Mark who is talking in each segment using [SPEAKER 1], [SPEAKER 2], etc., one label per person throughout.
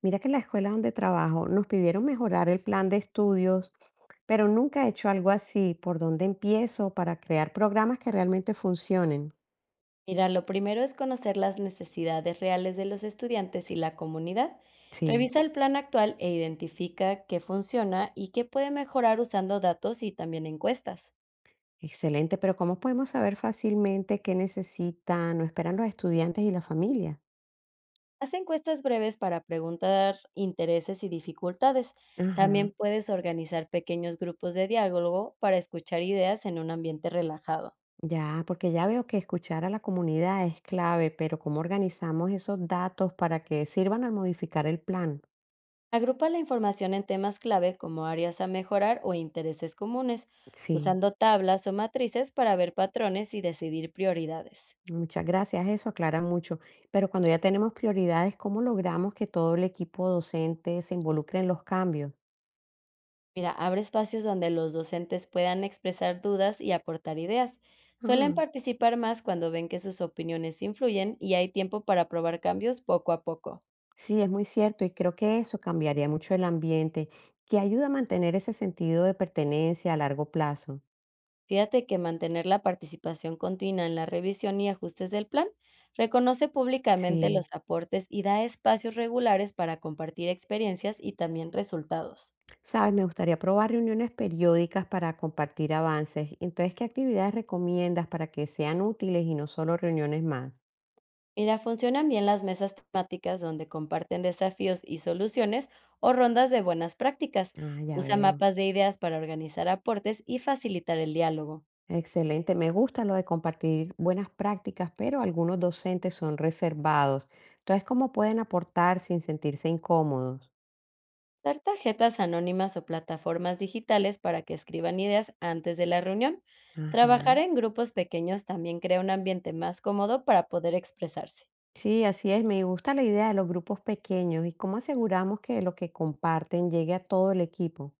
[SPEAKER 1] Mira que en la escuela donde trabajo nos pidieron mejorar el plan de estudios, pero nunca he hecho algo así. ¿Por dónde empiezo para crear programas que realmente funcionen?
[SPEAKER 2] Mira, lo primero es conocer las necesidades reales de los estudiantes y la comunidad.
[SPEAKER 1] Sí.
[SPEAKER 2] Revisa el plan actual e identifica qué funciona y qué puede mejorar usando datos y también encuestas.
[SPEAKER 1] Excelente, pero ¿cómo podemos saber fácilmente qué necesitan o esperan los estudiantes y la familia?
[SPEAKER 2] Haz encuestas breves para preguntar intereses y dificultades.
[SPEAKER 1] Ajá.
[SPEAKER 2] También puedes organizar pequeños grupos de diálogo para escuchar ideas en un ambiente relajado.
[SPEAKER 1] Ya, porque ya veo que escuchar a la comunidad es clave, pero ¿cómo organizamos esos datos para que sirvan al modificar el plan?
[SPEAKER 2] Agrupa la información en temas clave como áreas a mejorar o intereses comunes,
[SPEAKER 1] Sí.
[SPEAKER 2] usando tablas o matrices para ver patrones y decidir prioridades.
[SPEAKER 1] Muchas gracias, eso aclara mucho. Pero cuando ya tenemos prioridades, ¿cómo logramos que todo el equipo docente se involucre en los cambios?
[SPEAKER 2] Mira, abre espacios donde los docentes puedan expresar dudas y aportar ideas. Suelen
[SPEAKER 1] Ah,
[SPEAKER 2] participar más cuando ven que sus opiniones influyen y hay tiempo para probar cambios poco a poco.
[SPEAKER 1] sí, es muy cierto y creo que eso cambiaría mucho el ambiente, que ayuda a mantener ese sentido de pertenencia a largo plazo.
[SPEAKER 2] Fíjate que mantener la participación continua en la revisión y ajustes del plan reconoce públicamente los
[SPEAKER 1] Sí,
[SPEAKER 2] aportes y da espacios regulares para compartir experiencias y también resultados.
[SPEAKER 1] sabes, me gustaría probar reuniones periódicas para compartir avances. Entonces, ¿qué actividades recomiendas para que sean útiles y no solo reuniones más?
[SPEAKER 2] Mira, funcionan bien las mesas temáticas donde comparten desafíos y soluciones o rondas de buenas prácticas.
[SPEAKER 1] Ah, ya
[SPEAKER 2] Usa
[SPEAKER 1] veo.
[SPEAKER 2] mapas de ideas para organizar aportes y facilitar el diálogo.
[SPEAKER 1] Excelente, me gusta lo de compartir buenas prácticas, pero algunos docentes son reservados. Entonces, ¿cómo pueden aportar sin sentirse incómodos?
[SPEAKER 2] Usar tarjetas anónimas o plataformas digitales para que escriban ideas antes de la reunión. Trabajar
[SPEAKER 1] Ajá.
[SPEAKER 2] en grupos pequeños también crea un ambiente más cómodo para poder expresarse.
[SPEAKER 1] Sí, así es, me gusta la idea de los grupos pequeños y cómo aseguramos que lo que comparten llegue a todo el equipo.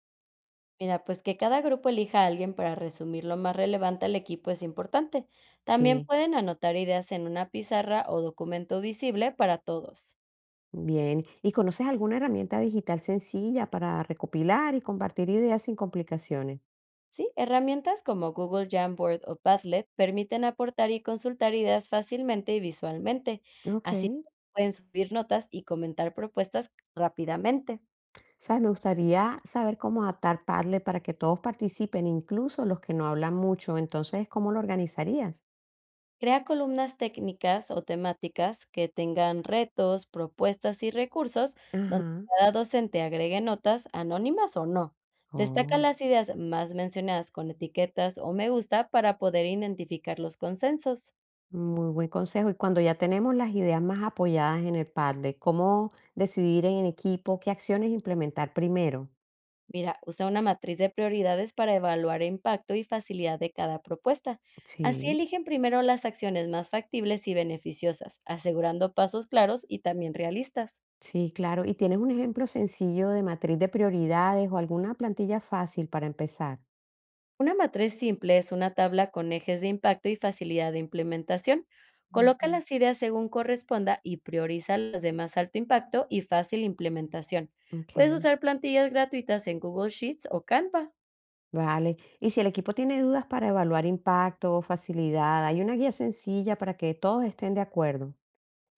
[SPEAKER 2] Mira, pues que cada grupo elija a alguien para resumir lo más relevante al equipo es importante. También
[SPEAKER 1] Sí,
[SPEAKER 2] pueden anotar ideas en una pizarra o documento visible para todos.
[SPEAKER 1] bien. ¿Y conoces alguna herramienta digital sencilla para recopilar y compartir ideas sin complicaciones?
[SPEAKER 2] Sí, herramientas como Google Jamboard o Padlet permiten aportar y consultar ideas fácilmente y visualmente.
[SPEAKER 1] Ok.
[SPEAKER 2] Así pueden subir notas y comentar propuestas rápidamente.
[SPEAKER 1] Sabes, me gustaría saber cómo adaptar Padlet para que todos participen, incluso los que no hablan mucho. Entonces, ¿cómo lo organizarías?
[SPEAKER 2] Crea columnas técnicas o temáticas que tengan retos, propuestas y recursos donde
[SPEAKER 1] Ajá.
[SPEAKER 2] cada docente agregue notas anónimas o no. Destaca
[SPEAKER 1] Oh,
[SPEAKER 2] las ideas más mencionadas con etiquetas o me gusta para poder identificar los consensos.
[SPEAKER 1] muy buen consejo. Y cuando ya tenemos las ideas más apoyadas en el Padlet, ¿cómo decidir en equipo qué acciones implementar primero?
[SPEAKER 2] Mira, usa una matriz de prioridades para evaluar impacto y facilidad de cada propuesta. Así
[SPEAKER 1] Sí.
[SPEAKER 2] eligen primero las acciones más factibles y beneficiosas, asegurando pasos claros y también realistas.
[SPEAKER 1] Sí, claro. ¿Y tienes un ejemplo sencillo de matriz de prioridades o alguna plantilla fácil para empezar?
[SPEAKER 2] Una matriz simple es una tabla con ejes de impacto y facilidad de implementación. Coloca
[SPEAKER 1] Ujú.
[SPEAKER 2] las ideas según corresponda y prioriza las de más alto impacto y fácil implementación.
[SPEAKER 1] Ok.
[SPEAKER 2] Puedes usar plantillas gratuitas en Google Sheets o Canva.
[SPEAKER 1] Vale. Y si el equipo tiene dudas para evaluar impacto o facilidad, ¿hay una guía sencilla para que todos estén de acuerdo?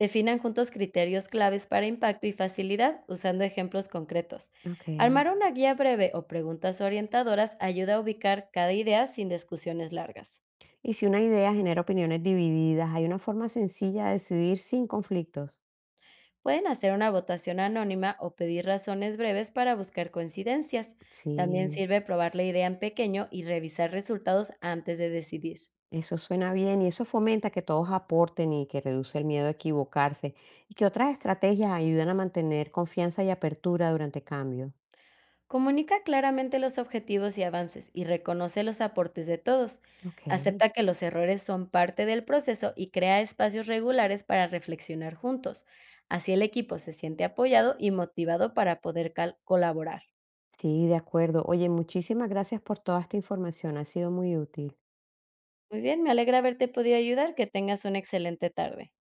[SPEAKER 2] Definan juntos criterios claves para impacto y facilidad, usando ejemplos concretos.
[SPEAKER 1] Ok.
[SPEAKER 2] Armar una guía breve o preguntas orientadoras ayuda a ubicar cada idea sin discusiones largas.
[SPEAKER 1] ¿Y si una idea genera opiniones divididas, hay una forma sencilla de decidir sin conflictos?
[SPEAKER 2] Pueden hacer una votación anónima o pedir razones breves para buscar coincidencias. También
[SPEAKER 1] Sí,
[SPEAKER 2] sirve probar la idea en pequeño y revisar resultados antes de decidir.
[SPEAKER 1] eso suena bien y eso fomenta que todos aporten y que reduce el miedo a equivocarse. ¿Y que otras estrategias ayudan a mantener confianza y apertura durante cambio?
[SPEAKER 2] Comunica claramente los objetivos y avances y reconoce los aportes de todos.
[SPEAKER 1] Ok.
[SPEAKER 2] Acepta que los errores son parte del proceso y crea espacios regulares para reflexionar juntos. Así el equipo se siente apoyado y motivado para poder colaborar.
[SPEAKER 1] Sí, de acuerdo. Oye, muchísimas gracias por toda esta información. Ha sido muy útil.
[SPEAKER 2] Muy bien, me alegra haberte podido ayudar. Que tengas una excelente tarde.